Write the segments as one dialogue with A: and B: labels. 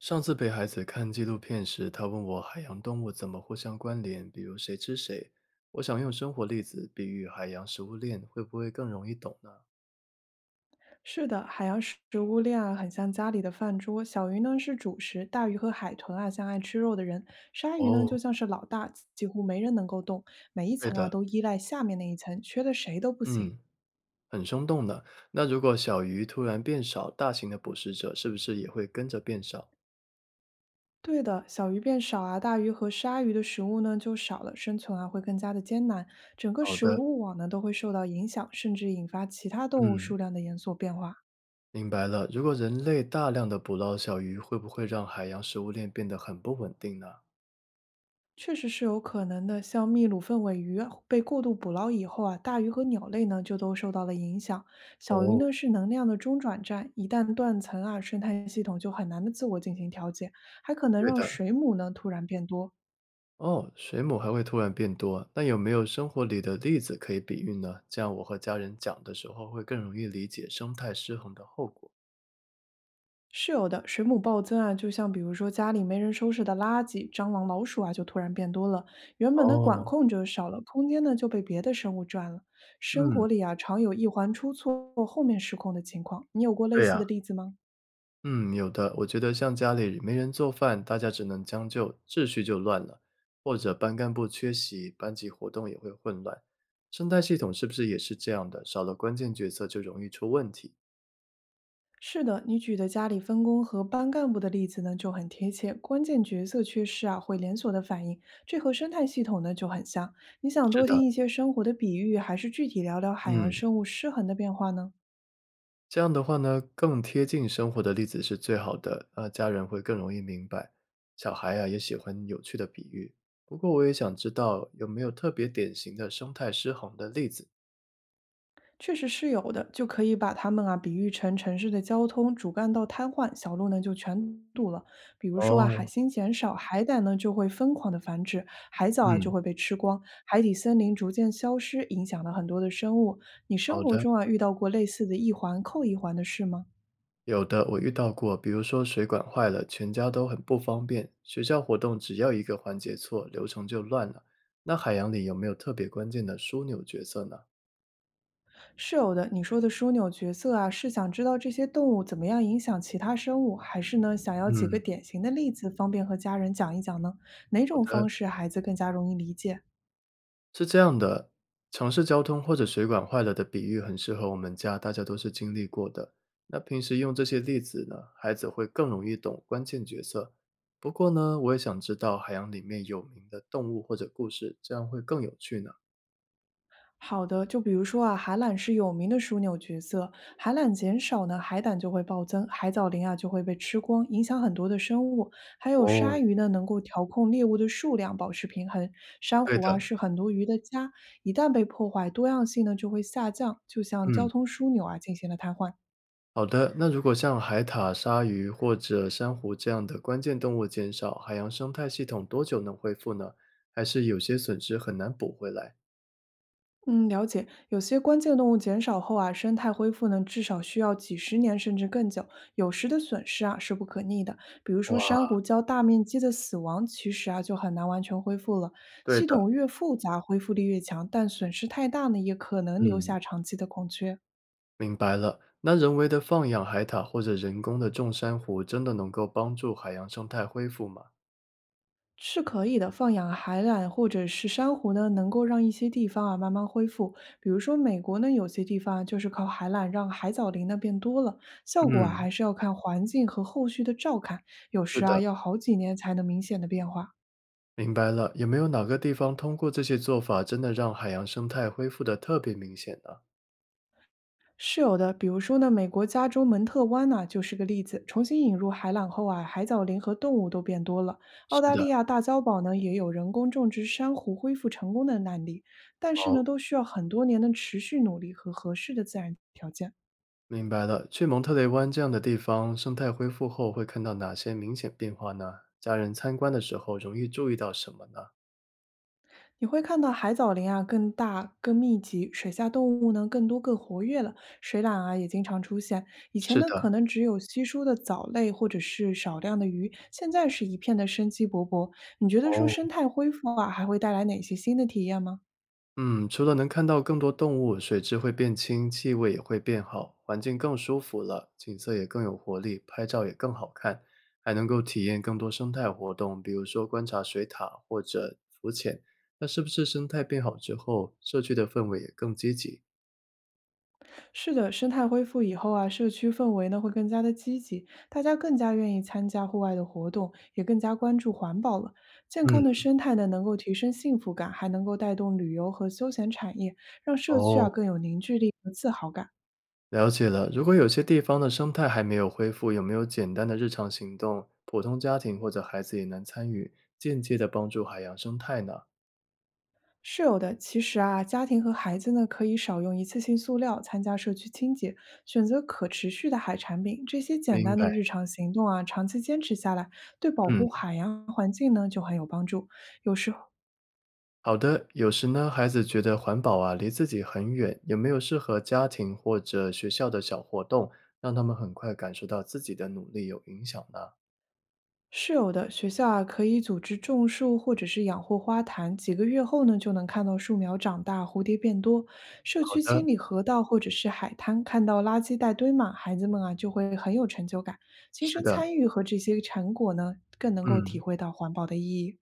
A: 上次陪孩子看纪录片时，他问我海洋动物怎么互相关联，比如谁吃谁。我想用生活例子比喻海洋食物链，会不会更容易懂呢？
B: 是的，海洋食物链啊，很像家里的饭桌。小鱼呢是主食，大鱼和海豚啊像爱吃肉的人，鲨鱼呢就
A: 哦，
B: 像是老大，几乎没人能够动。每一
A: 对
B: 层啊
A: 的，
B: 都依赖下面那一层，缺的谁都不行。
A: 嗯，很生动的。那如果小鱼突然变少，大型的捕食者是不是也会跟着变少？
B: 对的，小鱼变少啊，大鱼和鲨鱼的食物呢就少了，生存啊会更加的艰难，整个
A: 好
B: 食
A: 的，
B: 物网呢都会受到影响，甚至引发其他动物
A: 嗯，
B: 数量的严肃变化。
A: 明白了。如果人类大量的捕捞小鱼，会不会让海洋食物链变得很不稳定呢？
B: 确实是有可能的，像秘鲁凤尾鱼啊被过度捕捞以后啊，大鱼和鸟类呢就都受到了影响。小鱼
A: 哦，
B: 呢是能量的中转站，一旦断层啊，生态系统就很难的自我进行调节，还可能
A: 对
B: 让
A: 的，
B: 水母呢突然变多。
A: 哦，水母还会突然变多，那有没有生活里的例子可以比喻呢？这样我和家人讲的时候会更容易理解生态失衡的后果。
B: 是有的，水母暴增啊，就像比如说家里没人收拾的垃圾，蟑螂、老鼠啊就突然变多了，原本的管
A: 哦，
B: 控者少了，空间呢就被别的生物占了。生
A: 嗯，
B: 活里啊常有一环出错，后面失控的情况，你有过类
A: 对
B: 似
A: 呀，
B: 的例子吗？
A: 嗯，有的。我觉得像家里没人做饭，大家只能将就，秩序就乱了；或者班干部缺席，班级活动也会混乱。生态系统是不是也是这样的？少了关键角色就容易出问题。
B: 是的，你举的家里分工和班干部的例子呢，就很贴切。关键角色缺失啊，会连锁的反应，这和生态系统呢就很像。你想
A: 是
B: 多
A: 的，
B: 听一些生活的比喻，还是具体聊聊海洋
A: 嗯。
B: 生物失衡的变化呢？
A: 这样的话呢，更贴近生活的例子是最好的，啊，家人会更容易明白。小孩啊也喜欢有趣的比喻，不过我也想知道有没有特别典型的生态失衡的例子。
B: 确实是有的，就可以把它们啊比喻成城市的交通主干道瘫痪，小路呢就全堵了。比如说啊，海
A: 哦，
B: 星减少，海胆呢就会疯狂的繁殖，海藻啊就
A: 嗯，
B: 会被吃光，海底森林逐渐消失，影响了很多的生物。你生
A: 好
B: 活
A: 的，
B: 中啊遇到过类似的一环扣一环的事吗？
A: 有的，我遇到过，比如说水管坏了，全家都很不方便，学校活动只要一个环节错，流程就乱了。那海洋里有没有特别关键的枢纽角色呢？
B: 是有的，你说的枢纽角色啊，是想知道这些动物怎么样影响其他生物，还是呢想要几个
A: 嗯，
B: 典型的例子，方便和家人讲一讲呢？哪
A: 好
B: 种
A: 的。
B: 方式孩子更加容易理解？
A: 是这样的，城市交通或者水管坏了的比喻很适合我们家，大家都是经历过的。那平时用这些例子呢，孩子会更容易懂关键角色。不过呢，我也想知道海洋里面有名的动物或者故事，这样会更有趣呢。
B: 好的，就比如说啊，海胆是有名的枢纽角色，海胆减少呢，海胆就会暴增，海藻林啊就会被吃光，影响很多的生物。还有鲨
A: 哦，
B: 鱼呢，能够调控猎物的数量，保持平衡。珊
A: 对
B: 瑚啊
A: 的，
B: 是很多鱼的家，一旦被破坏，多样性呢就会下降，就像
A: 嗯，
B: 交通枢纽啊进行了瘫痪。
A: 好的。那如果像海獭、鲨鱼或者珊瑚这样的关键动物减少，海洋生态系统多久能恢复呢？还是有些损失很难补回来？
B: 嗯，了解。有些关键动物减少后啊，生态恢复呢，至少需要几十年甚至更久。有时的损失啊是不可逆的，比如说珊
A: 哇，
B: 瑚礁大面积的死亡，其实啊就很难完全恢复了。
A: 对
B: 系
A: 的，
B: 统越复杂，恢复力越强，但损失太大呢，也可能留
A: 嗯。
B: 下长期的空缺。
A: 明白了，那人为的放养海獭或者人工的种珊瑚，真的能够帮助海洋生态恢复吗？
B: 是可以的，放养海胆或者是珊瑚呢，能够让一些地方啊慢慢恢复。比如说美国呢，有些地方啊就是靠海胆让海藻林呢变多了，效果啊
A: 嗯，
B: 还是要看环境和后续的照看，有
A: 是
B: 时啊
A: 的，
B: 要好几年才能明显的变化。
A: 明白了。有没有哪个地方通过这些做法，真的让海洋生态恢复的特别明显呢？
B: 是有的，比如说呢，美国加州蒙特湾呐、就是个例子。重新引入海缆后啊，海藻林和动物都变多了。
A: 是
B: 澳大
A: 的，
B: 利亚大礁堡呢，也有人工种植珊瑚恢复成功的案例，但是呢，
A: 哦，
B: 都需要很多年的持续努力和合适的自然条件。
A: 明白了。去蒙特雷湾这样的地方，生态恢复后会看到哪些明显变化呢？家人参观的时候容易注意到什么呢？
B: 你会看到海藻林啊更大、更密集，水下动物呢更多、更活跃了，水獭啊也经常出现。以前
A: 是
B: 呢
A: 的，
B: 可能只有稀疏的藻类或者是少量的鱼，现在是一片的生机勃勃。你觉得说
A: 哦。
B: 生态恢复啊还会带来哪些新的体验吗？
A: 嗯，除了能看到更多动物，水质会变清，气味也会变好，环境更舒服了，景色也更有活力，拍照也更好看，还能够体验更多生态活动，比如说观察水獭或者浮潜。那是不是生态变好之后，社区的氛围也更积极？
B: 是的，生态恢复以后啊，社区氛围呢会更加的积极，大家更加愿意参加户外的活动，也更加关注环保了。健康的
A: 嗯，
B: 生态呢，能够提升幸福感，还能够带动旅游和休闲产业，让社区啊
A: 哦，
B: 更有凝聚力和自豪感。
A: 了解了。如果有些地方的生态还没有恢复，有没有简单的日常行动，普通家庭或者孩子也能参与，间接的帮助海洋生态呢？
B: 是有的，其实啊，家庭和孩子呢可以少用一次性塑料，参加社区清洁，选择可持续的海产品，这些简
A: 明
B: 单的
A: 白，
B: 日常行动啊，长期坚持下来，对保护
A: 嗯。
B: 海洋环境呢就很有帮助。
A: 好的，有时呢，孩子觉得环保啊离自己很远，有没有适合家庭或者学校的小活动，让他们很快感受到自己的努力有影响呢？
B: 是有的，学校啊可以组织种树或者是养护花坛，几个月后呢就能看到树苗长大，蝴蝶变多。社
A: 好
B: 区
A: 的，
B: 清理河道或者是海滩，看到垃圾袋堆满，孩子们啊就会很有成就感。亲
A: 是
B: 身
A: 的，
B: 参与和这些成果呢，更能够体
A: 嗯，
B: 会到环保的意义。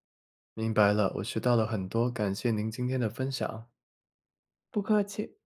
A: 明白了，我学到了很多，感谢您今天的分享。
B: 不客气。